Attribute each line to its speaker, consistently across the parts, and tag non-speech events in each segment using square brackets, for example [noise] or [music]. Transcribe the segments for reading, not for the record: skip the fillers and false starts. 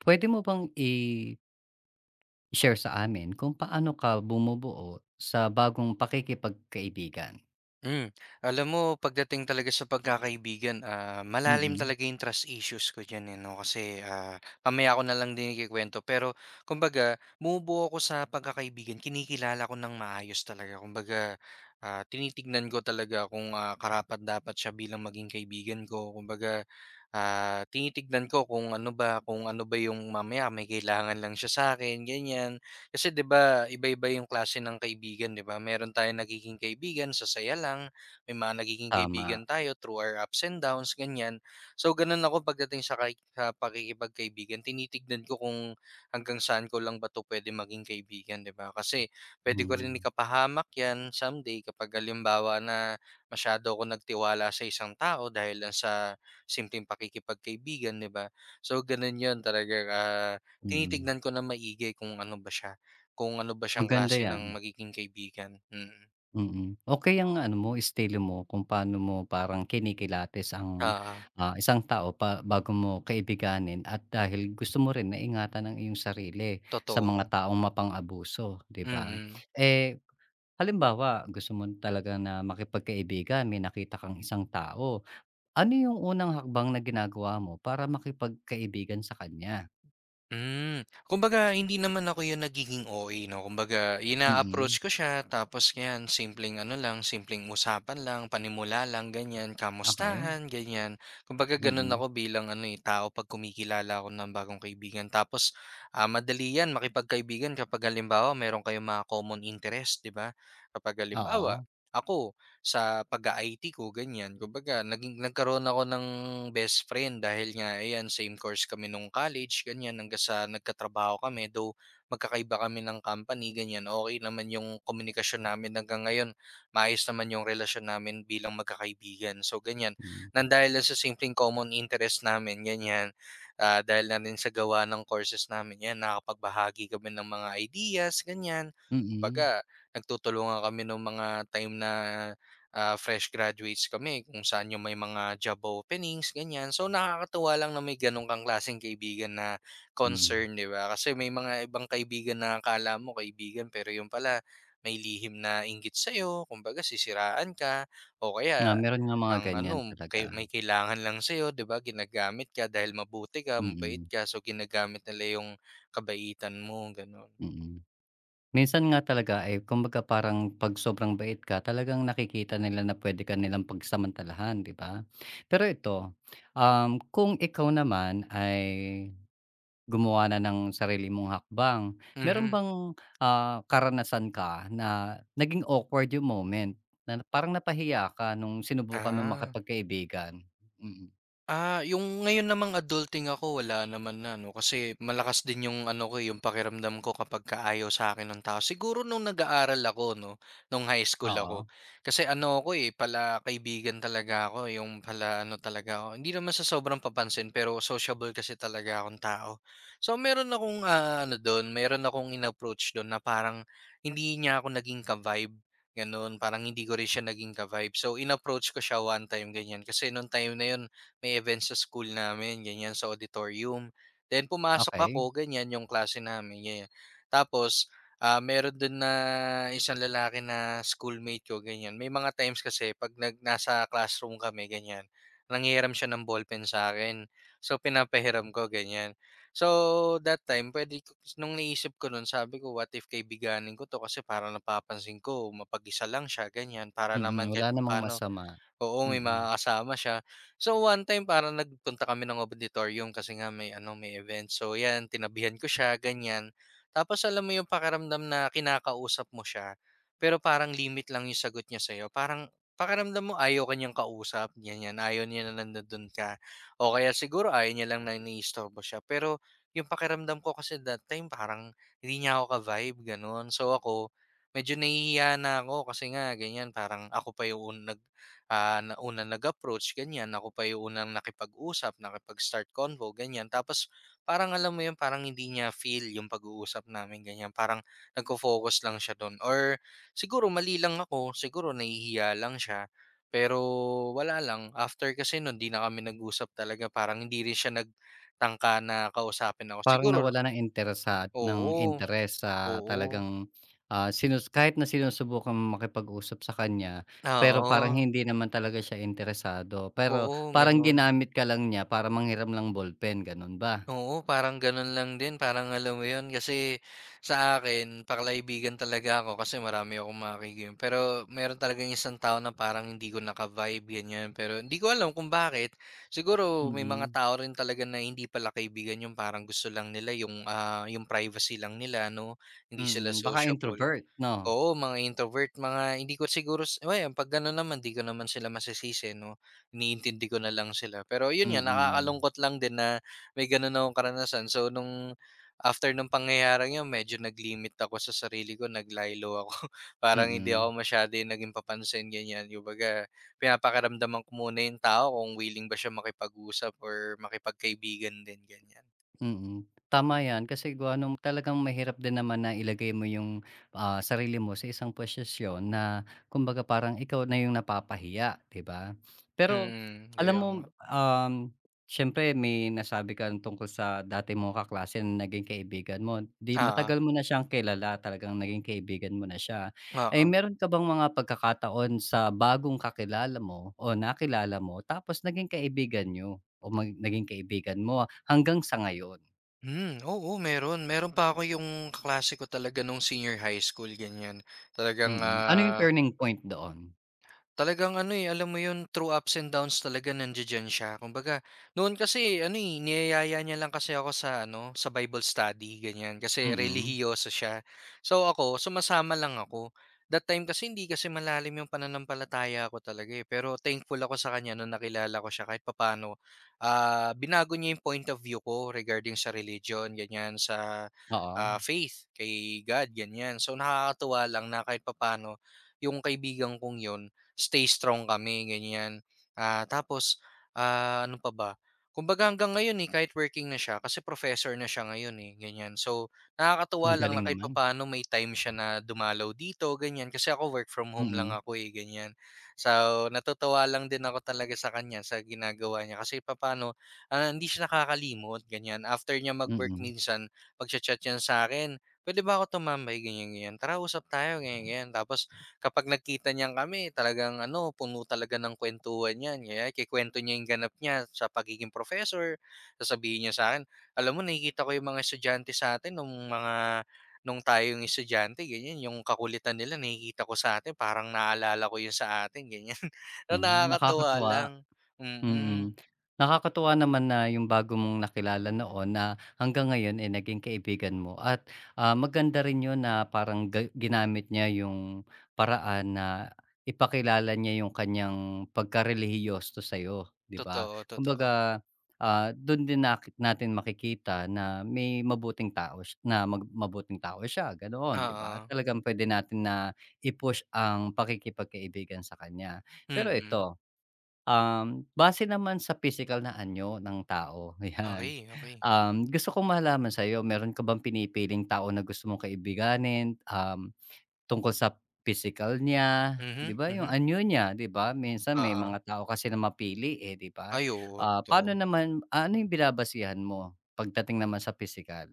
Speaker 1: Puwede mo bang i-share sa amin kung paano ka bumubuo sa bagong pakikipagkaibigan?
Speaker 2: Hmm, alam mo pagdating talaga sa pagkakaibigan, malalim
Speaker 1: Mm,
Speaker 2: talaga yung trust issues ko diyan, eh, 'no, kasi, mamaya ko na lang din ikukuwento, pero kumbaga bumubuo ako sa pagkakaibigan, kinikilala ko ng maayos talaga kumbaga, tinitignan ko talaga kung, karapat-dapat siya bilang maging kaibigan ko kumbaga, tinitignan ko kung ano ba yung mamaya may kailangan lang siya sa akin ganyan. Kasi 'di ba iba-iba yung klase ng kaibigan, 'di ba? Meron tayong nagiging kaibigan sa saya lang, may mga nagiging
Speaker 1: tama.
Speaker 2: kaibigan tayo through our ups and downs ganyan. So ganun ako pagdating sa pakikipagkaibigan, tinitignan ko kung hanggang saan ko lang ba 'to puwede maging kaibigan, 'di ba? Kasi pwede ko rin
Speaker 1: Hmm,
Speaker 2: ikapahamak 'yan someday kapag halimbawa na masyado akong nagtiwala sa isang tao dahil lang sa simpleng pakikipagkaibigan, 'di ba? So ganun 'yun talaga,
Speaker 1: mm.
Speaker 2: tinitignan ko ng maigi kung ano ba siya. Kung ano ba siyang
Speaker 1: Maganda
Speaker 2: klase ng
Speaker 1: 'yan,
Speaker 2: magiging kaibigan. Mm.
Speaker 1: mm. Okey ang ano mo, estilo mo kung paano mo parang kinikilatis ang,
Speaker 2: Oo,
Speaker 1: isang tao pa bago mo kaibiganin at dahil gusto mo rin na ingatan ang iyong sarili sa mga
Speaker 2: totoo,
Speaker 1: taong mapang-abuso, 'di ba?
Speaker 2: mm.
Speaker 1: Eh, halimbawa gusto mo talaga na makipagkaibigan, may nakita kang isang tao. Ano yung unang hakbang na ginagawa mo para makipagkaibigan sa kanya?
Speaker 2: Hmm, kumbaga hindi naman ako 'yung nagiging OA, 'no, kumbaga
Speaker 1: Mm,
Speaker 2: ina-approach ko siya tapos ngayon simpleng ano lang, simpleng usapan lang, panimula lang ganiyan,
Speaker 1: okey.
Speaker 2: kamustahan ganiyan. Kumbaga gano'n
Speaker 1: Mm,
Speaker 2: ako bilang ano, eh, tao 'pag kumikilala ako ng bagong kaibigan, tapos, madali 'yan makipagkaibigan kapag halimbawa meron kayong mga common interest, 'di ba? Kapag halimbawa,
Speaker 1: oo.
Speaker 2: ako sa pag-i-IT ko ganyan. Kumbaga nagkaroon ako ng best friend dahil nga ayan same course kami nung college ganyan, hanggang sa nagkatrabaho kami. Though magkakaiba kami ng company ganyan, okey naman yung komunikasyon namin hanggang ngayon. Maayos naman yung relasyon namin bilang magkakaibigan. So ganyan,
Speaker 1: Hmm,
Speaker 2: nang dahil lang sa simpleng common interest namin ganyan, dahil na rin sa gawa ng courses namin yan nakakapagbahagi kami ng mga ideas ganyan.
Speaker 1: mm.
Speaker 2: Kumbaga nagtutulungan kami nung mga time na fresh graduates kami, kung saan yung may mga job openings, ganyan. So, nakakatuwa lang na may ganun kang klaseng kaibigan na
Speaker 1: Hmm.
Speaker 2: concern, di ba? Kasi may mga ibang kaibigan na akala mo kaibigan, pero yung pala, may lihim na inggit sa'yo, kumbaga sisiraan ka, o
Speaker 1: Nga
Speaker 2: kaya
Speaker 1: meron nga mga
Speaker 2: ang
Speaker 1: ganyan
Speaker 2: ano,
Speaker 1: talaga,
Speaker 2: may kailangan lang sa'yo, di ba? Ginagamit ka dahil mabuti ka, mabait
Speaker 1: mm,
Speaker 2: ka, so ginagamit nila yung kabaitan mo, ganun.
Speaker 1: mm. Minsan nga talaga, eh, kumbaga parang 'pag sobrang bait ka talagang nakikita nila na puwede ka nilang pagsamantalahan, 'di ba? Pero ito, kung ikaw naman ay gumawa na ng sarili mong hakbang. Meron
Speaker 2: Mhm.
Speaker 1: bang, karanasan ka na naging awkward yung moment, na parang napahiya ka nung sinubukan mong
Speaker 2: Ah.
Speaker 1: makipagkaibigan? Mm,
Speaker 2: Yung ngayon namang adulting ako wala naman na, 'no, kasi malakas din yung ano ko, eh, yung pakiramdam ko kapagka ayaw sa'kin ng tao. Siguro nung nag-aaral ako, 'no, nung high school ako.
Speaker 1: oo.
Speaker 2: Kasi ano ako, eh, palakaibigan talaga ako, eh, yung pala ano talaga ako, hindi naman sa sobrang papansin, pero sociable kasi talaga akong tao. So meron akong, ano dun, meron akong in-approach dun na parang hindi niya ako naging ka-vibe, gano'n. Parang hindi ko rin siya naging ka-vibe. So in-approach ko siya one time, ganyan. Kasi nung time na yun may events sa school namin ganyan sa auditorium. Then pumasok
Speaker 1: Okay.
Speaker 2: ako ganyan yung klase namin ganyan. Tapos, meron dun na isang lalaki na schoolmate ko ganyan. May mga times kasi 'pag nasa classroom kami ganyan, nanghihiram siya ng ballpen sa akin. So pinapahiram ko ganyan. So that time puwede ko nung naisip ko nun sabi ko, "What if kaibiganin ko 'to?" Kasi parang napapansin ko mapag-isa lang siya ganyan, para naman
Speaker 1: Mm, wala
Speaker 2: kahit
Speaker 1: namang
Speaker 2: papaano.
Speaker 1: masama.
Speaker 2: Oo, may
Speaker 1: Mm,
Speaker 2: mga kasama siya. So, one time parang nagpunta kami ng auditorium kasi nga may event. So, 'yan, tinabihan ko siya, ganyan. Tapos alam mo yung pakiramdam na kinakausap mo siya, pero parang limit lang yung sagot niya sa'yo. Parang pakiramdam mo ayaw ka niyang kausap, ganyan. Ayaw niya na nandun ka. O kaya siguro ayaw niya lang na iniistorbo siya. Pero yung pakiramdam ko kasi that time parang hindi niya ako ka-vibe, ganun. So ako, medyo nahihiya na ako kasi nga ganyan, parang ako pa yung na unang nag-approach ganyan, ako pa yung unang nakipag-usap, nakipag-start convo ganyan. Tapos parang alam mo yun, parang hindi niya feel yung pag-uusap namin ganyan, parang nagfo-focus lang siya dun, or siguro mali lang ako, siguro nahihiya lang siya. Pero wala lang, after kasi nun di na kami nag-usap talaga, parang hindi rin siya nagtangka na kausapin ako.
Speaker 1: parang
Speaker 2: Siguro.
Speaker 1: nawala ng interes sa ng
Speaker 2: Oo,
Speaker 1: interes sa
Speaker 2: oo,
Speaker 1: talagang, kahit na sinusubukan mong makipag-usap sa kanya, pero parang
Speaker 2: oo,
Speaker 1: hindi naman talaga siya interesado. Pero
Speaker 2: oo,
Speaker 1: parang
Speaker 2: gano'n.
Speaker 1: ginamit ka lang niya para manghiram lang ballpen, gano'n ba?
Speaker 2: Oo, parang gano'n lang din. Parang alam mo 'yun, kasi sa akin pakakaibigan talaga ako kasi marami akong makakaibigan. Pero meron talagang isang tao na parang hindi ko naka-vibe, ganyan. Pero hindi ko alam kung bakit. Siguro may mga
Speaker 1: Mm,
Speaker 2: tao rin talaga na hindi pala kaibigan, yung parang gusto lang nila yung privacy lang nila, 'no, hindi sila
Speaker 1: mm. Baka
Speaker 2: sociable.
Speaker 1: introvert 'no?
Speaker 2: Oo, mga introvert, mga hindi ko siguro well, pag gano'n naman 'di ko naman sila masisisi, 'no, iniintindi ko na lang sila. Pero yun
Speaker 1: Mm,
Speaker 2: nga,
Speaker 1: mm.
Speaker 2: nakakalungkot lang din na may gano'n akong karanasan. So after nung pangyayaring yun medyo naglimit ako sa sarili ko, naglaylo ako. [laughs] Parang hindi ako
Speaker 1: Mm.
Speaker 2: masyado yung naging papansin, ganyan. Kumbaga, pinapakiramdaman ko muna yung tao kung willing ba siya makipag-usap or makipagkaibigan din, ganyan.
Speaker 1: Mm, tama 'yan kasi gawa nung talagang mahirap din naman na ilagay mo yung, sarili mo sa isang posisyon na kumbaga parang ikaw na yung napapahiya, 'di ba? Pero
Speaker 2: Hmm,
Speaker 1: alam
Speaker 2: kaya
Speaker 1: mo,
Speaker 2: nga.
Speaker 1: um, siyempre may nasabi ka tungkol sa dati mong kaklase na naging kaibigan mo, 'di
Speaker 2: ah
Speaker 1: matagal mo na siyang kilala, talagang naging kaibigan mo na siya. Eh,
Speaker 2: ah
Speaker 1: meron ka bang mga pagkakataon sa bagong kakilala mo o nakilala mo tapos naging kaibigan niyo o naging kaibigan mo? Hanggang sa ngayon,
Speaker 2: Oo, meron. Meron pa ako yung kaklase ko talaga nung senior high school, ganyan. Mm.
Speaker 1: mm. Ano yung turning point doon?
Speaker 2: Talagang ano, eh, alam mo 'yun, through ups and downs talaga nandiya-diyan siya. Kumbaga, noon kasi ano, eh, niyayaya niya lang kasi ako sa ano, sa Bible study, ganyan kasi
Speaker 1: Mm,
Speaker 2: relihiyoso siya. So ako, sumasama lang ako. That time kasi hindi kasi malalim 'yung pananampalataya ko talaga, eh, pero thankful ako sa kanya nung nakilala ko siya kahit papaano, binago niya 'yung point of view ko regarding sa religion, ganyan, sa,
Speaker 1: oo.
Speaker 2: faith, kay God, ganyan. So nakakatuwa lang na kahit papaano 'yung kaibigan kong yon stay strong kami ganyan. Tapos, ano pa ba, kumbaga hanggang ngayon, eh, kahit working na siya kasi professor na siya ngayon, eh, ganyan. So, nakakatuwa
Speaker 1: Ang
Speaker 2: lang na
Speaker 1: galing
Speaker 2: kahit
Speaker 1: naman.
Speaker 2: papaano may time siya na dumalaw dito ganyan, kasi ako work from home lang
Speaker 1: Mm,
Speaker 2: ako, eh, ganyan. So, natutuwa lang din ako talaga sa kanya sa ginagawa niya kasi papaano, hindi siya nakakalimot ganyan. After niya mag-work
Speaker 1: mm.
Speaker 2: minsan, magcha-chat yan sa akin, "pwede ba ako tumambay?" ganyan, ganyan. "Tara usap tayo," ganyan, ganyan. Tapos, kapag nagkita niyan kami talagang ano, puno talaga ng kuwentuhan 'yan. Kaya ikukuwento niya yung ganap niya sa pagiging professor, sasabihin niya sa'kin, "Alam mo nakikita ko yung mga estudyante sa'tin nung tayong estudyante ganyan, yung kakulitan nila nakikita ko sa sa'tin parang naalala ko yun sa atin." Ganyan. [laughs] So,
Speaker 1: Hmm,
Speaker 2: nakakatuwa
Speaker 1: nakakatuwa.
Speaker 2: lang. Mm. Mm.
Speaker 1: Mm. Nakakatuwa naman na yung bago mong nakilala noon na hanggang ngayon, eh, naging kaibigan mo at, maganda rin yun na parang ginamit niya yung paraan na ipakilala niya yung kanyang pagkarelihiyoso sa'yo, 'di ba?
Speaker 2: Totoo, totoo.
Speaker 1: Kumbaga, dun din natin makikita na may mabuting tao siya na mabuting tao siya, ganoon, 'di ba?
Speaker 2: Oo.
Speaker 1: Talagang pwede natin na i-push ang pakikipagkaibigan sa kanya. Pero
Speaker 2: Mm.
Speaker 1: ito. Base naman sa physical na anyo ng tao, [laughs] yan.
Speaker 2: Okey, okay.
Speaker 1: Gusto kong malaman sa'yo, meron ka bang pinipiling tao na gusto mong kaibiganin, tungkol sa physical niya, 'di
Speaker 2: Mhm,
Speaker 1: ba, yung
Speaker 2: mhm.
Speaker 1: anyo niya, 'di ba? Minsan may
Speaker 2: Oo.
Speaker 1: mga tao kasi na mapili, eh, 'di ba?
Speaker 2: Ay, oo,
Speaker 1: Paano
Speaker 2: totoo.
Speaker 1: naman ano yung binabasehan mo pagdating naman sa physical?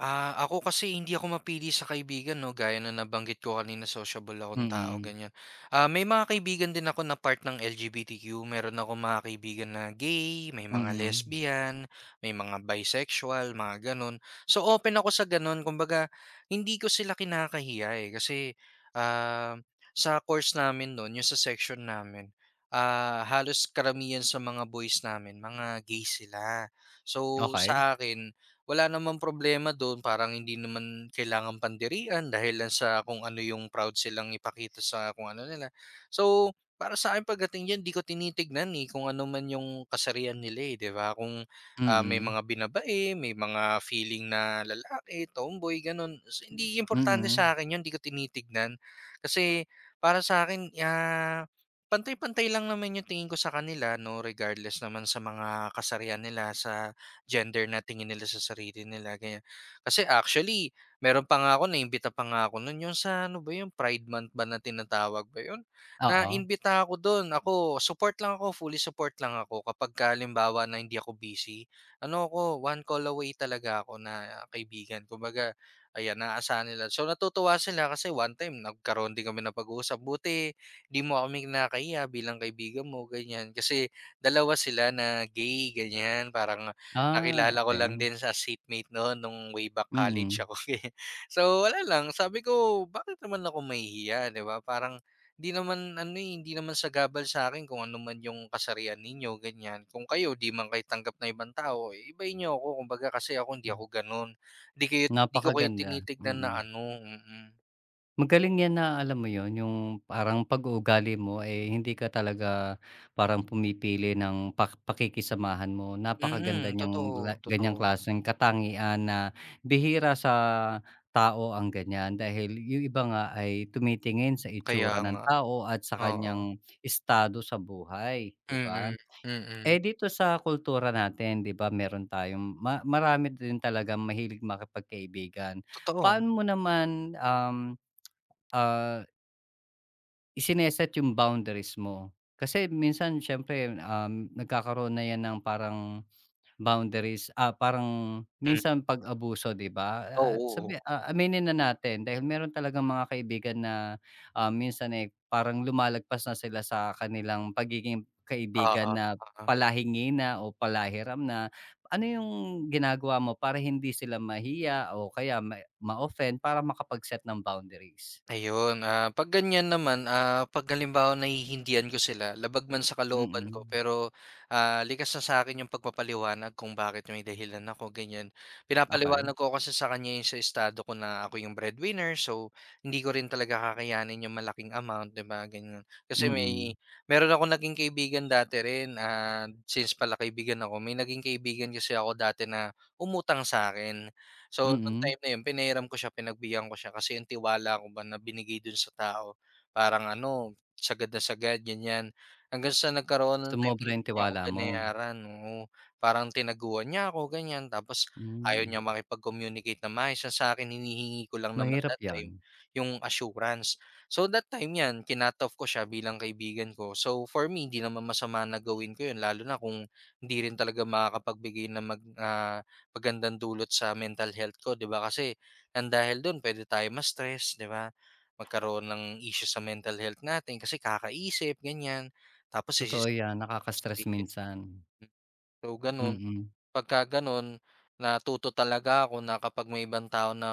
Speaker 2: Ako kasi hindi ako mapili sa kaibigan, 'no, gaya na nabanggit ko kanina sociable akong tao
Speaker 1: Mm,
Speaker 2: ganyan. May mga kaibigan din ako na part ng LGBTQ, meron ako mga kaibigan na gay, may mga
Speaker 1: mm.
Speaker 2: lesbian, may mga bisexual, mga gano'n. So, open ako sa gano'n, kumbaga hindi ko sila kinakahiya, eh, kasi, ah, sa course namin no'n, yung sa section namin, halos karamihan sa mga boys namin mga gay sila. So,
Speaker 1: Okay.
Speaker 2: sa akin wala namang problema do'n, parang hindi naman kailangang pandirian dahil lang sa kung ano yung proud silang ipakita sa kung ano nila. So, para sa akin pagdating diyan 'di ko tinitignan, eh, kung ano man yung kasarian nila, eh, 'di ba? Kung, may
Speaker 1: Mm,
Speaker 2: mga binabae, may mga feeling na lalaki, tomboy, gano'n. So, hindi importante
Speaker 1: mm.
Speaker 2: sa akin yun, 'di ko tinitignan. Kasi para sa akin pantay-pantay lang naman yung tingin ko sa kanila, 'no, regardless naman sa mga kasarian nila, sa gender na tingin nila sa sarili nila, ganyan. Kasi actually, meron pa nga ako naimbita pa nga ako nun, yung sa ano ba yung Pride Month ba na tinatawag ba yun?
Speaker 1: Oo.
Speaker 2: Naimbita ako dun, ako support lang ako, fully support lang ako kapag kalimbawa na hindi ako busy. Ano ako, one call away talaga ako na kaibigan. Kumbaga, ayan, naasahan nila. So natutuwa sila kasi one time nagkaroon din kami na pag-uusap. Buti di mo kami kinakahiya bilang kaibigan mo, ganyan. Kasi dalawa sila na gay, ganyan. Parang.
Speaker 1: Ah,
Speaker 2: Nakilala ko lang
Speaker 1: okey.
Speaker 2: din sa seatmate noon nung way back college
Speaker 1: Mm.
Speaker 2: ako, [laughs] eh. So, wala lang sabi ko, "Bakit naman ako mahihiya," 'di ba? Parang hindi naman sa gabal sa akin kung ano man yung kasarian ninyo, ganyan. Kung kayo di man kayo tanggap na ibang tao, eh, ibahin niyo ako kumbaga kasi ako hindi ako gano'n. 'Di kayo 'Di ko kayo
Speaker 1: Napakaganda,
Speaker 2: tinitignan na
Speaker 1: mm.
Speaker 2: ano, mm.
Speaker 1: Magaling 'yan na alam mo yon, yung parang pag-uugali mo, eh, hindi ka talaga parang pumipili ng pakikisamahan mo.
Speaker 2: Mm, mm,
Speaker 1: Napakaganda niyang
Speaker 2: totoo, totoo.
Speaker 1: ganiyang klaseng katangian na bihira sa tao ang ganyan. Dahil yung iba nga ay tumitingin sa
Speaker 2: Kaya
Speaker 1: itsura ng
Speaker 2: nga,
Speaker 1: tao at sa
Speaker 2: oo.
Speaker 1: kanyang estado sa buhay, 'di
Speaker 2: Mm,
Speaker 1: ba?
Speaker 2: mm.
Speaker 1: Eh,
Speaker 2: Mm.
Speaker 1: dito sa kultura natin, 'di ba, meron tayong marami din talaga, mahilig makipagkaibigan.
Speaker 2: Totoo.
Speaker 1: Paano mo naman, um, ah Isineset yung boundaries mo. Kasi minsan siyempre, nagkakaroon na 'yan ng parang boundaries, parang
Speaker 2: Hmm,
Speaker 1: minsan pag-abuso, 'di ba?
Speaker 2: oo,
Speaker 1: At sabi
Speaker 2: oo.
Speaker 1: aminin na natin dahil meron talagang mga kaibigan na, minsan, eh, parang lumalagpas na sila sa kanilang pagiging
Speaker 2: Oo,
Speaker 1: kaibigan na
Speaker 2: oo.
Speaker 1: palahingi na o palahiram na. Ano yung ginagawa mo para hindi sila mahiya o kaya ma-offend para makapag-set ng boundaries?
Speaker 2: Ayun, 'pag ganyan naman, 'pag halimbawa nahihindihan ko sila labag man sa kalooban ko,
Speaker 1: Mm,
Speaker 2: pero, likas na sa akin yung pagpapaliwanag kung bakit may dahilan ako ganyan.
Speaker 1: okey.
Speaker 2: Pinapaliwanag ko kasi sa kanya yung sa estado ko, na ako yung breadwinner, so hindi ko rin talaga kakayanin yung malaking amount, 'di ba, ganyan. Kasi may
Speaker 1: Mm.
Speaker 2: ako naging kaibigan dati rin, since pala kaibigan ako, may naging kaibigan kasi ako dati na umutang sa akin. So, nung
Speaker 1: Mm,
Speaker 2: time na yun pinahiram ko siya, pinagbigyan ko siya kasi yung tiwala ko ba na binigay dun sa tao parang ano, sagad na sagad ganyan. Hanggang sa nagkaroon ng time na
Speaker 1: sumobra yung
Speaker 2: hindi niya ako
Speaker 1: tiwala mo.
Speaker 2: binayaran, oo. Parang tinaguan niya ako ganyan, tapos ayaw
Speaker 1: Hmm,
Speaker 2: niya makipag-communicate na maayos, ang sa akin hinihingi ko lang naman
Speaker 1: mahirap
Speaker 2: that time
Speaker 1: 'yan,
Speaker 2: yung assurance. So, that time 'yan kinut ko siya bilang kaibigan ko. So, for me hindi naman masama na gawin ko yun lalo na kung hindi rin talaga makakapagbigay na mag ah pagandang dulot sa mental health ko, 'di ba? Kasi nang dahil do'n pwede tayo ma-stress, 'di ba? Magkaroon ng issue sa mental health natin kasi kakaisip, ganyan. Tapos
Speaker 1: totoo 'yan nakaka-stress
Speaker 2: frustrated.
Speaker 1: minsan.
Speaker 2: So, gano'n.
Speaker 1: Mm,
Speaker 2: Pagka gano'n, natuto talaga ako na kapag may ibang tao na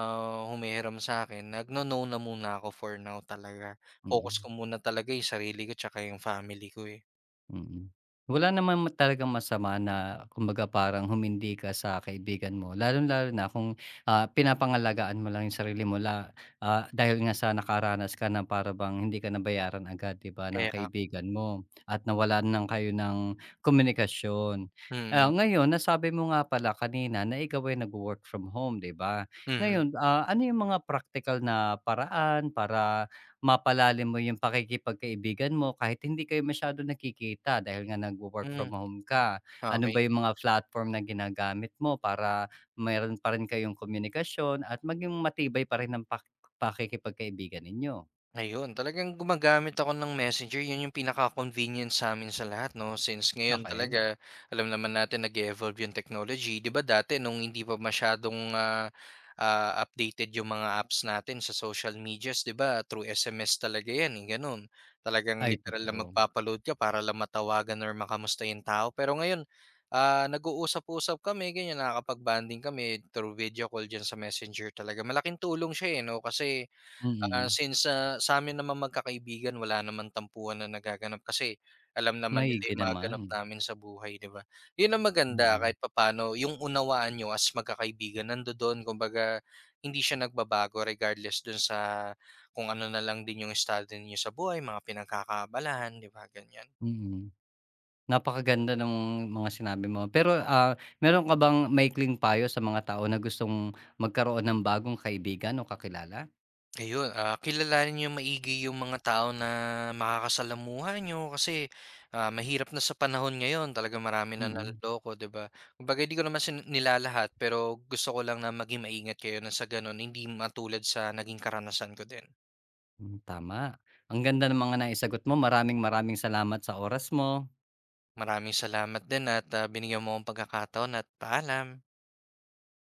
Speaker 2: humihiram sa akin, nagno-no na muna ako for now talaga. Focus
Speaker 1: mm.
Speaker 2: ko muna talaga 'yung sarili ko tsaka 'yung family ko, eh.
Speaker 1: Mm. Wala naman talagang masama na kumbaga parang humindi ka sa kaibigan mo, lalong-lalo na kung, pinapangalagaan mo lang yung sarili mo dahil nga sa nakaranas ka na para bang hindi ka nabayaran agad, 'di ba, ng
Speaker 2: Kaya,
Speaker 1: kaibigan mo at nawalan ng kayo ng komunikasyon.
Speaker 2: mm,
Speaker 1: Ngayon nasabi mo nga pala kanina na ikaw ay nagwo-work from home, 'di ba?
Speaker 2: mm,
Speaker 1: Ngayon, ano yung mga practical na paraan para mapalalim mo yung pakikipagkaibigan mo kahit hindi kayo masyado nakikita dahil nga nagwo-work
Speaker 2: hmm,
Speaker 1: from home ka. Ano
Speaker 2: okay.
Speaker 1: ba yung mga platform na ginagamit mo para meron pa rin kayong komunikasyon at maging matibay pa rin ang pakikipagkaibigan ninyo.
Speaker 2: Ayun, talagang gumagamit ako ng Messenger, yun yung pinaka-convenient sa'min sa lahat, 'no, since ngayon
Speaker 1: Okay.
Speaker 2: talaga alam naman natin nag-e-evolve yung technology. 'Di ba dati nung hindi pa masyadong, updated yung mga apps natin sa social medias, 'di ba through SMS talaga yan, eh, gano'n. Talagang
Speaker 1: Ay,
Speaker 2: literal na
Speaker 1: totoo.
Speaker 2: magpapa ka para lang matawagan or makamusta yung tao. Pero ngayon, nag-uusap-usap kami ganyan, nakakapag-bonding kami through video call diyan sa Messenger talaga. Malaking tulong siya, eh, 'no kasi.
Speaker 1: Mm,
Speaker 2: Since sa'min naman magkakaibigan wala naman tampuhan na nagaganap kasi alam naman nila
Speaker 1: maigi
Speaker 2: yung mga ganap
Speaker 1: naman.
Speaker 2: namin sa buhay, 'di ba? Yun ang maganda,
Speaker 1: Mm,
Speaker 2: kahit papaano yung unawaan nyo as magkakaibigan nandodoon, kumbaga hindi siya nagbabago regardless dun sa kung ano na lang din yung estado ninyo sa buhay, mga pinagkakaabalahan, 'di ba, ganyan.
Speaker 1: mm. Napakaganda ng mga sinabi mo. Pero, meron ka bang maikling payo sa mga tao na gustong magkaroon ng bagong kaibigan o kakilala?
Speaker 2: Ayun, kilalanin niyong maigi yung mga tao na makakasalamuha niyo kasi, mahirap na sa panahon ngayon talagang marami na
Speaker 1: Mm.
Speaker 2: naloloko, 'di ba? Kumbaga hindi ko naman nilalahat pero gusto ko lang na maging maingat kayo na sa gano'n hindi matulad sa naging karanasan ko din.
Speaker 1: Hmm, tama. Ang ganda ng mga naisagot mo. Maraming maraming salamat sa oras mo.
Speaker 2: Maraming salamat din at, binigyan mo akong pagkakataon at paalam.